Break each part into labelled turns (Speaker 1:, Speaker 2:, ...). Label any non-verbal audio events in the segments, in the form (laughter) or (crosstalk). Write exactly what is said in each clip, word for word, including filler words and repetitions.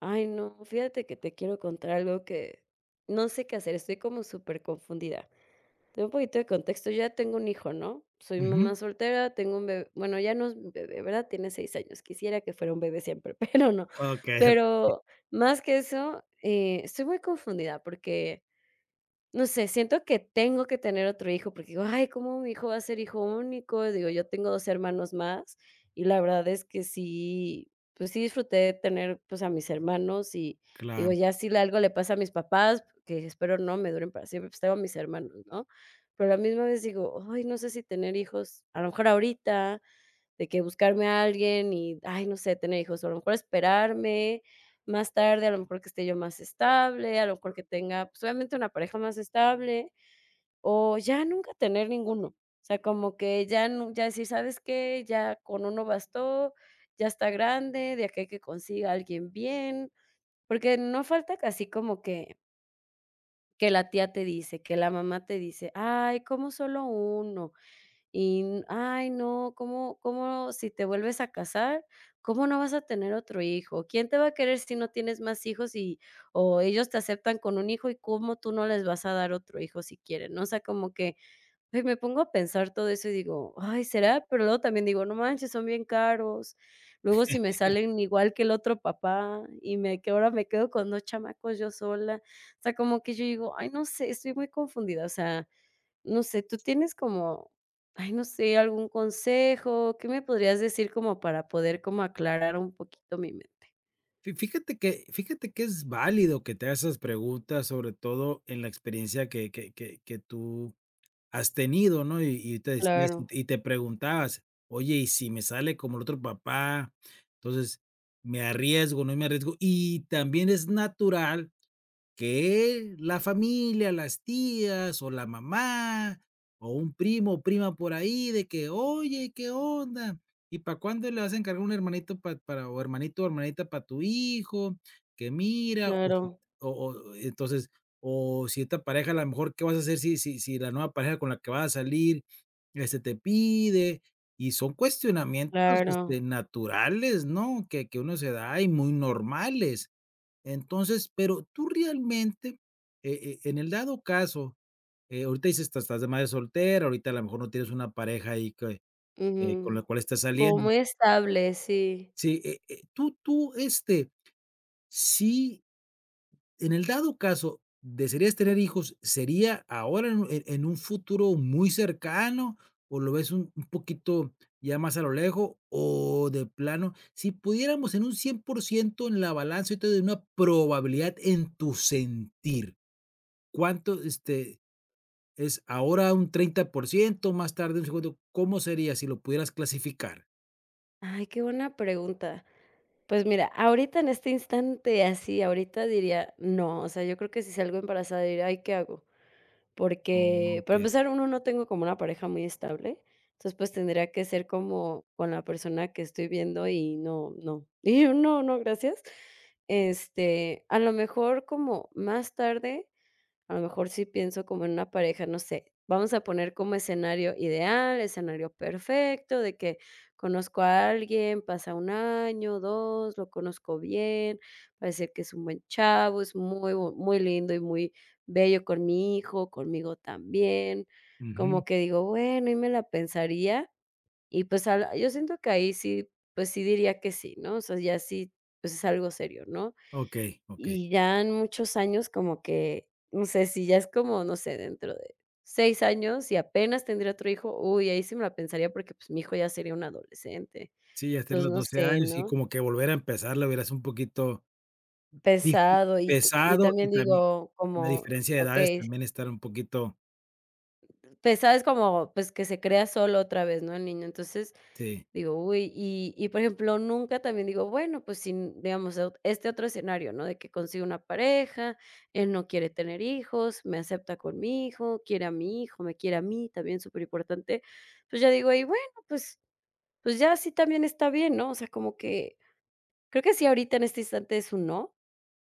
Speaker 1: Ay, no, fíjate que te quiero contar algo que no sé qué hacer, estoy como superconfundida. Te doy un poquito de contexto, yo ya tengo un hijo, ¿no? Soy
Speaker 2: Ujú.
Speaker 1: mamá soltera, tengo un bebé, bueno, ya no es un bebé, ¿verdad? Tiene seis años, quisiera que fuera un bebé siempre, (laughs) pero no.
Speaker 2: Okey,
Speaker 1: Pero más que eso, eh, estoy muy confundida porque no sé, siento que tengo que tener otro hijo, porque digo: "Ay, ¿cómo mi hijo va a ser hijo único?". Digo, yo tengo dos hermanos más, y la verdad es que sí, pues sí disfruté de tener, pues, a mis hermanos, y digo,
Speaker 2: claro.
Speaker 1: ya si le algo le pasa a mis papás, que espero no me duren para siempre, pues tengo a mis hermanos, ¿no? Pero a la misma vez digo: "Ay, no sé si tener hijos, a lo mejor ahorita, de que buscarme a alguien y, ay, no sé, tener hijos, o a lo mejor esperarme más tarde, a lo mejor que esté yo más estable, a lo mejor que tenga, pues, obviamente una pareja más estable, o ya nunca tener ninguno. O sea, como que ya nu ya decir: "¿Sabes qué? Ya con uno bastó, ya está grande, de aquí a que consiga a alguien bien". Porque no falta que así como que que la tía te dice, que la mamá te dice: "Ay, como solo uno? Y, n ay, no, ¿cómo cómo si te vuelves a casar, cómo no vas a tener otro hijo? ¿Quién te va a querer si no tienes más hijos y o ellos te aceptan con un hijo y cómo tú no les vas a dar otro hijo si quieren? ¿No? O sea, como que, ay, me pongo a pensar todo eso y digo: "Ay, ¿será?". Pero luego también digo: "No manches, son bien caros". Luego si me salen igual que el otro papá y me que ahora me quedo con dos chamacos yo sola. O sea, como que yo digo: "Ay, no sé, estoy muy confundida". O sea, no sé, tú tienes como, ay, no sé, algún consejo, ¿qué me podrías decir como para poder como aclarar un poquito mi mente?
Speaker 2: Fi fíjate que fíjate que es válido que te hagas esas preguntas, sobre todo en la experiencia que que que que tú has tenido, ¿no? Y y te decías y
Speaker 1: Claro,
Speaker 2: te y te preguntabas: "Oye, ¿y si me sale como el otro papá? Entonces, ¿me arriesgo, no me arriesgo?". Y también es natural que la familia, las tías o la mamá o un primo o prima por ahí de que: "Oye, ¿qué onda? ¿Y para cuándo le vas a encargar un hermanito pa para o hermanito o hermanita para tu hijo? Que mira", o si
Speaker 1: claro,
Speaker 2: o o entonces, o si esta pareja a lo mejor, ¿qué vas a hacer si si si la nueva pareja con la que vas a salir, este, te pide? Y son cuestionamientos, este,
Speaker 1: claro.
Speaker 2: naturales, ¿no? Que que uno se da y muy normales. Entonces, pero tú realmente, eh eh, en el dado caso, eh, ahorita dices, estás estás de madre soltera, ahorita a lo mejor no tienes una pareja ahí que, eh, con la
Speaker 1: Ujú.
Speaker 2: cual estás
Speaker 1: Como
Speaker 2: saliendo.
Speaker 1: muy estable, sí.
Speaker 2: Sí, eh eh, tú tú, este, si en el dado caso, ¿desearías tener hijos? ¿Sería ahora en un en en un futuro muy cercano, o lo ves un un poquito ya más a lo lejos, o de plano, si pudiéramos en un cien por ciento en la balanza, y te doy una probabilidad en tu sentir? ¿Cuánto, este, es ahora un treinta por ciento más tarde un cincuenta? ¿Cómo sería si lo pudieras clasificar?
Speaker 1: Ay, qué buena pregunta. Pues mira, ahorita en este instante, así, ahorita diría, no, o sea, yo creo que si salgo embarazada diría, ay, ¿qué hago?
Speaker 2: Mm,
Speaker 1: Porque, para
Speaker 2: okey.
Speaker 1: empezar, uno, no tengo como una pareja muy estable, entonces, pues, tendría que ser como con la persona que estoy viendo y no, no. (laughs) Y yo: "No, no, gracias". Este, a lo mejor como más tarde a lo mejor sí pienso como en una pareja, no sé, vamos a poner como escenario ideal, escenario perfecto, de que conozco a alguien, pasa un año, dos, lo conozco bien, parece que es un buen chavo, es muy bu muy lindo y muy bello con mi hijo, conmigo también,
Speaker 2: Ujú.
Speaker 1: como que digo, bueno, y me la pensaría y, pues, al yo siento que ahí sí, pues, sí diría que sí, ¿no? O sea, ya sí, pues, es algo serio, ¿no?
Speaker 2: Okey, okey.
Speaker 1: Y ya en muchos años como que, no sé, si ya es como, no sé, dentro de seis años y apenas tendría otro hijo, uy, ahí sí me la pensaría porque, pues, mi hijo ya sería un adolescente.
Speaker 2: Sí, ya está en
Speaker 1: Entonces,
Speaker 2: los
Speaker 1: no
Speaker 2: doce
Speaker 1: sé,
Speaker 2: años y
Speaker 1: ¿no?
Speaker 2: como que volver a empezar la verás un poquito difí
Speaker 1: Pesado y t y
Speaker 2: pesado y
Speaker 1: también
Speaker 2: también
Speaker 1: digo
Speaker 2: la
Speaker 1: como,
Speaker 2: diferencia de edades
Speaker 1: okey.
Speaker 2: también estar un poquito
Speaker 1: Pues, ¿sabes? Como, pues, que se crea solo otra vez, ¿no? El niño. Entonces,
Speaker 2: sí,
Speaker 1: digo, uy, y y, por ejemplo, nunca también digo, bueno, pues, si, digamos, e este otro escenario, ¿no? De que consigue una pareja, él no quiere tener hijos, me acepta con mi hijo, quiere a mi hijo, me quiere a mí, también súper importante. Pues, ya digo, y bueno, pues pues, ya sí también está bien, ¿no? O sea, como que creo que sí, ahorita en este instante es un no,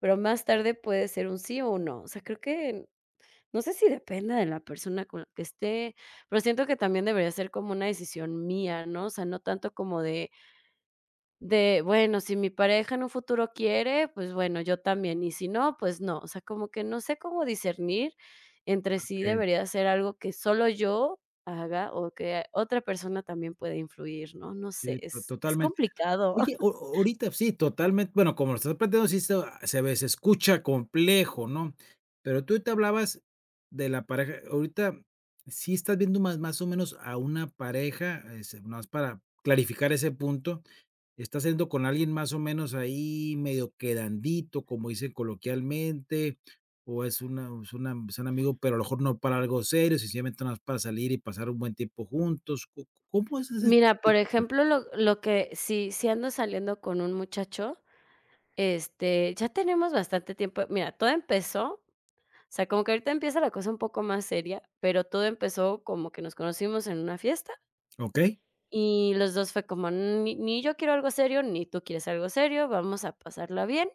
Speaker 1: pero más tarde puede ser un sí o un no. O sea, creo que no sé si dependa de la persona con la que esté, pero siento que también debería ser como una decisión mía, ¿no? O sea, no tanto como de de, bueno, si mi pareja en un futuro quiere, pues bueno, yo también, y si no, pues no. O sea, como que no sé cómo discernir entre si
Speaker 2: okey,
Speaker 1: debería ser algo que solo yo haga o que otra persona también puede influir, ¿no? No sé,
Speaker 2: sí, to
Speaker 1: es es
Speaker 2: totalmente
Speaker 1: complicado.
Speaker 2: Oye, o
Speaker 1: (laughs)
Speaker 2: ahorita sí, totalmente, bueno, como lo estás planteando, sí se se ve, se escucha complejo, ¿no? Pero tú te hablabas de la pareja, ahorita sí estás viendo más más o menos a una pareja, es más para clarificar ese punto, estás siendo con alguien más o menos ahí medio quedandito, como dicen coloquialmente, o es una es una es un amigo, pero a lo mejor no para algo serio, sencillamente nada más para salir y pasar un buen tiempo juntos, ¿co cómo es esa
Speaker 1: Mira, por
Speaker 2: situación?
Speaker 1: ejemplo, lo lo que si si ando saliendo con un muchacho. Este, ya tenemos bastante tiempo. Mira, todo empezó, o sea, como que ahorita empieza la cosa un poco más seria, pero todo empezó como que nos conocimos en una fiesta
Speaker 2: ¿Okey?
Speaker 1: y los dos fue como, ni, ni yo quiero algo serio, ni tú quieres algo serio, vamos a pasarla bien.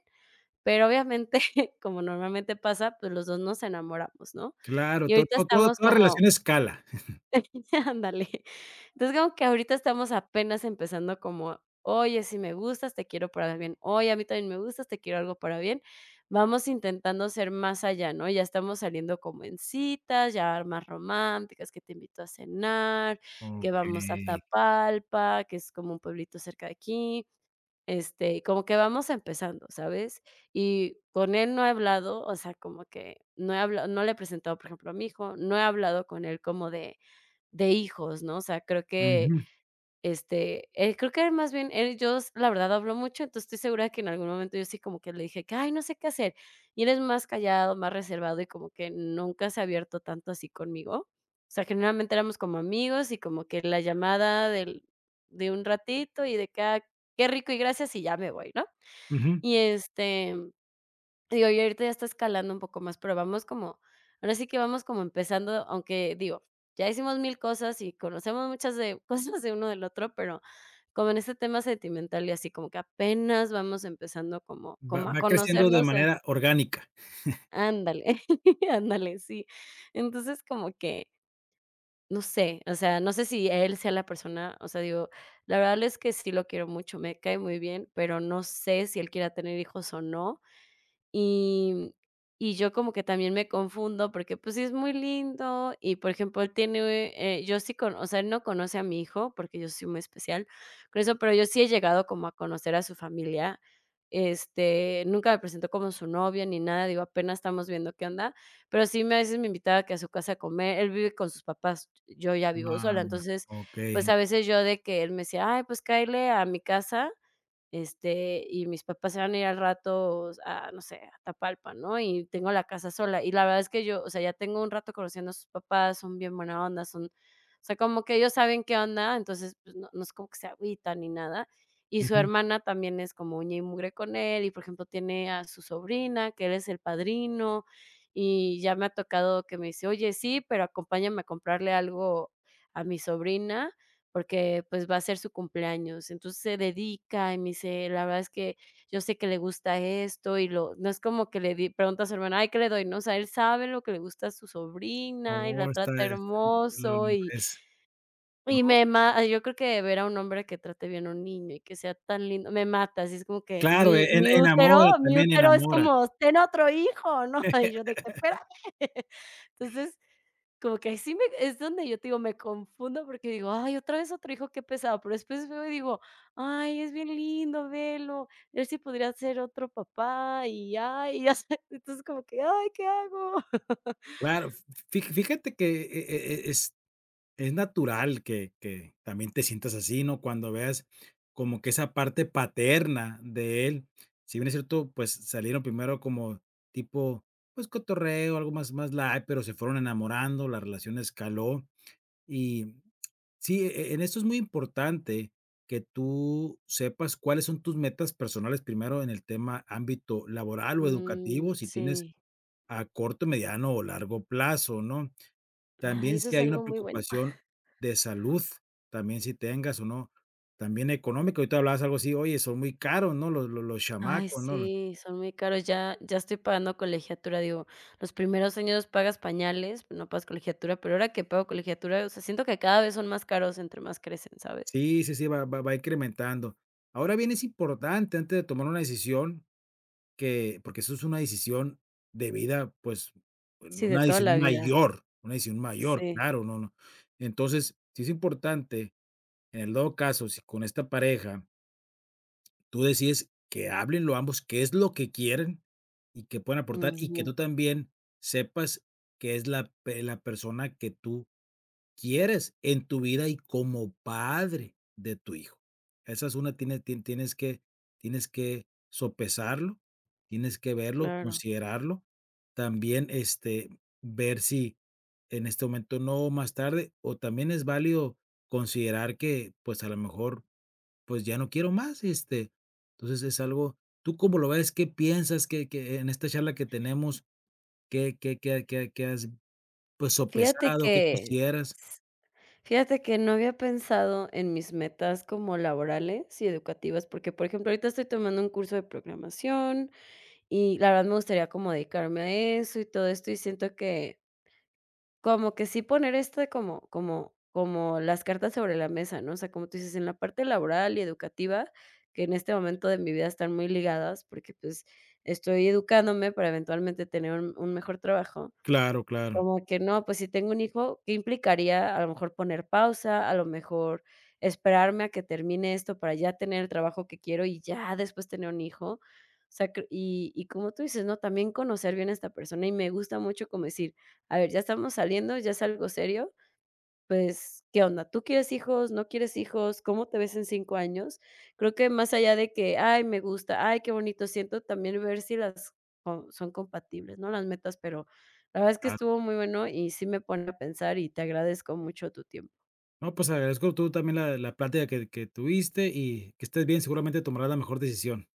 Speaker 1: Pero obviamente, (laughs) como normalmente pasa, pues los dos nos enamoramos, ¿no?
Speaker 2: Claro,
Speaker 1: Y
Speaker 2: to
Speaker 1: ahorita
Speaker 2: to todo
Speaker 1: estamos
Speaker 2: toda
Speaker 1: como
Speaker 2: relación escala.
Speaker 1: (laughs) ándale. Entonces, como que ahorita estamos apenas empezando como, oye, si me gustas, te quiero para bien. Oye, a mí también me gustas, te quiero algo para bien. Vamos intentando ser más allá, ¿no? Ya estamos saliendo como en citas, ya más románticas, que te invito a cenar, que vamos a
Speaker 2: Okey.
Speaker 1: Tapalpa, que es como un pueblito cerca de aquí. Este, como que vamos empezando, ¿sabes? Y con él no he hablado, o sea, como que no he hablado, no le he presentado, por ejemplo, a mi hijo, no he hablado con él como de, de hijos, ¿no? O sea, creo que,
Speaker 2: Ujú,
Speaker 1: este, eh, creo que más bien él, ellos, la verdad, habló mucho, entonces estoy segura que en algún momento yo sí como que le dije que: "Ay, no sé qué hacer", y él es más callado, más reservado y como que nunca se ha abierto tanto así conmigo. O sea, generalmente éramos como amigos y como que la llamada del de un ratito y de que: "Ah, qué rico y gracias", y ya me voy, ¿no?
Speaker 2: ujú.
Speaker 1: Y, este, digo, y ahorita ya está escalando un poco más, pero vamos como ahora sí que vamos como empezando, aunque digo, ya hicimos mil cosas y conocemos muchas de (laughs) cosas de uno del otro, pero como en este tema sentimental y así, como que apenas vamos empezando como
Speaker 2: Va
Speaker 1: como a
Speaker 2: va creciendo de
Speaker 1: conocernos, eh,
Speaker 2: manera orgánica.
Speaker 1: ándale, (laughs) ándale, sí. Entonces, como que, no sé, o sea, no sé si él sea la persona, o sea, digo, la verdad es que sí lo quiero mucho, me cae muy bien, pero no sé si él quiera tener hijos o no. Y y yo como que también me confundo porque, pues, sí es muy lindo y, por ejemplo, él tiene, eh, yo sí con o sea, él no conoce a mi hijo porque yo soy muy especial con eso, pero yo sí he llegado como a conocer a su familia. Este, nunca me presentó como su novia ni nada, digo, apenas estamos viendo qué onda, pero sí me a veces me invitaba que a su casa a comer, él vive con sus papás, yo ya vivo
Speaker 2: Ah,
Speaker 1: sola, entonces, pues,
Speaker 2: okey.
Speaker 1: a veces yo de que él me decía: "Ay, pues cáele a mi casa", este, y mis papás se van a ir al rato a, no sé, a Tapalpa, ¿no? Y tengo la casa sola. Y la verdad es que yo, o sea, ya tengo un rato conociendo a sus papás, son bien buena onda, son, o sea, como que ellos saben qué onda, entonces pues, no, no es como que se agüitan ni nada. Y su
Speaker 2: Ujú.
Speaker 1: hermana también es como uña y mugre con él, y por ejemplo tiene a su sobrina, que él es el padrino, y ya me ha tocado que me dice, oye, sí, pero acompáñame a comprarle algo a mi sobrina porque, pues, va a ser su cumpleaños. Entonces, se dedica y me dice: "La verdad es que yo sé que le gusta esto", y lo no es como que le di pregunta a su hermana: "Ay, ¿qué le doy?", ¿no? O sea, él sabe lo que le gusta a su sobrina y la
Speaker 2: Oh, está
Speaker 1: trata
Speaker 2: es lo
Speaker 1: hermoso
Speaker 2: lo
Speaker 1: y
Speaker 2: es, ¿no?
Speaker 1: y me ma yo creo que ver a un hombre que trate bien a un niño y que sea tan lindo, me mata, así es como que
Speaker 2: Claro,
Speaker 1: mi
Speaker 2: en
Speaker 1: mi útero
Speaker 2: enamora,
Speaker 1: mi
Speaker 2: también
Speaker 1: útero es
Speaker 2: enamora.
Speaker 1: como: "Ten otro hijo", ¿no? (laughs) Y yo de que: "Espérame". (laughs) Entonces, como que ahí sí me es donde yo te digo, me confundo porque digo: "Ay, otra vez otro hijo, qué pesado", pero después veo y digo: "Ay, es bien lindo, velo, él sí podría ser otro papá", y ay, ya sé, (laughs) entonces como que: "Ay, ¿qué hago?" (laughs)
Speaker 2: Claro, fi fíjate que, e e e es es natural que que también te sientas así, ¿no? Cuando veas como que esa parte paterna de él, si bien es cierto, pues, salieron primero como tipo, pues, cotorreo, algo más más light, pero se fueron enamorando, la relación escaló. Y sí, e en esto es muy importante que tú sepas cuáles son tus metas personales, primero en el tema ámbito laboral o
Speaker 1: Mm,
Speaker 2: educativo, si tienes
Speaker 1: sí.
Speaker 2: a corto, mediano o largo plazo, ¿no?
Speaker 1: Ay,
Speaker 2: También
Speaker 1: eso
Speaker 2: si
Speaker 1: es
Speaker 2: hay una
Speaker 1: algo muy bueno.
Speaker 2: preocupación de salud, también si tengas o no, también económico, ahorita hablabas algo así: "Oye, son muy caros, ¿no?, los los los
Speaker 1: Ay,
Speaker 2: chamacos, ¿no?". Los
Speaker 1: sí, son muy caros. Ya ya estoy pagando colegiatura, digo, los primeros años pagas pañales, no pagas colegiatura, pero ahora que pago colegiatura, o sea, siento que cada vez son más caros entre más crecen, ¿sabes?
Speaker 2: sí, sí, sí, va va va incrementando. Ahora bien, es importante antes de tomar una decisión que porque eso es una decisión de vida, pues,
Speaker 1: Sí, de
Speaker 2: una
Speaker 1: toda
Speaker 2: decisión
Speaker 1: la vida.
Speaker 2: mayor, una decisión mayor,
Speaker 1: Sí.
Speaker 2: claro, no, no. Entonces, sí es importante, en el dado caso, si con esta pareja tú decides que hablen lo ambos, qué es lo que quieren y que pueden aportar, y que
Speaker 1: Ujú,
Speaker 2: tú también sepas que es la pe la persona que tú quieres en tu vida y como padre de tu hijo. Esa es una, tienes tien tienes que tienes que sopesarlo, tienes que verlo,
Speaker 1: claro.
Speaker 2: considerarlo. También, este, ver si en este momento no, más tarde, o también es válido considerar que, pues, a lo mejor pues ya no quiero más, este, entonces es algo. ¿Tú cómo lo ves? ¿Qué piensas? que que en esta charla que tenemos, qué qué qué qué qué has, pues,
Speaker 1: Fíjate
Speaker 2: sopesado? ¿Qué
Speaker 1: que
Speaker 2: consideras?
Speaker 1: s fíjate que no había pensado en mis metas como laborales y educativas, porque, por ejemplo, ahorita estoy tomando un curso de programación y la verdad me gustaría como dedicarme a eso y todo esto, y siento que, como que sí poner este como como como las cartas sobre la mesa, ¿no? O sea, como tú dices, en la parte laboral y educativa, que en este momento de mi vida están muy ligadas, porque, pues, estoy educándome para eventualmente tener un un mejor trabajo.
Speaker 2: Claro, claro.
Speaker 1: Como que no, pues si tengo un hijo, ¿qué implicaría a lo mejor poner pausa? A lo mejor esperarme a que termine esto para ya tener el trabajo que quiero y ya después tener un hijo. O sea, cre- y, y como tú dices, ¿no? También conocer bien a esta persona y me gusta mucho como decir, a ver, ya estamos saliendo, ya es algo serio, pues, ¿qué onda? ¿Tú quieres hijos? ¿No quieres hijos? ¿Cómo te ves en cinco años? Creo que más allá de que: "Ay, me gusta, ay, qué bonito", siento también ver si las co son compatibles, ¿no?, las metas, pero la verdad es que
Speaker 2: Claro,
Speaker 1: estuvo muy bueno y sí me pone a pensar y te agradezco mucho tu tiempo.
Speaker 2: no, pues agradezco tú también la la plática que que tuviste y que estés bien, seguramente tomarás la mejor decisión.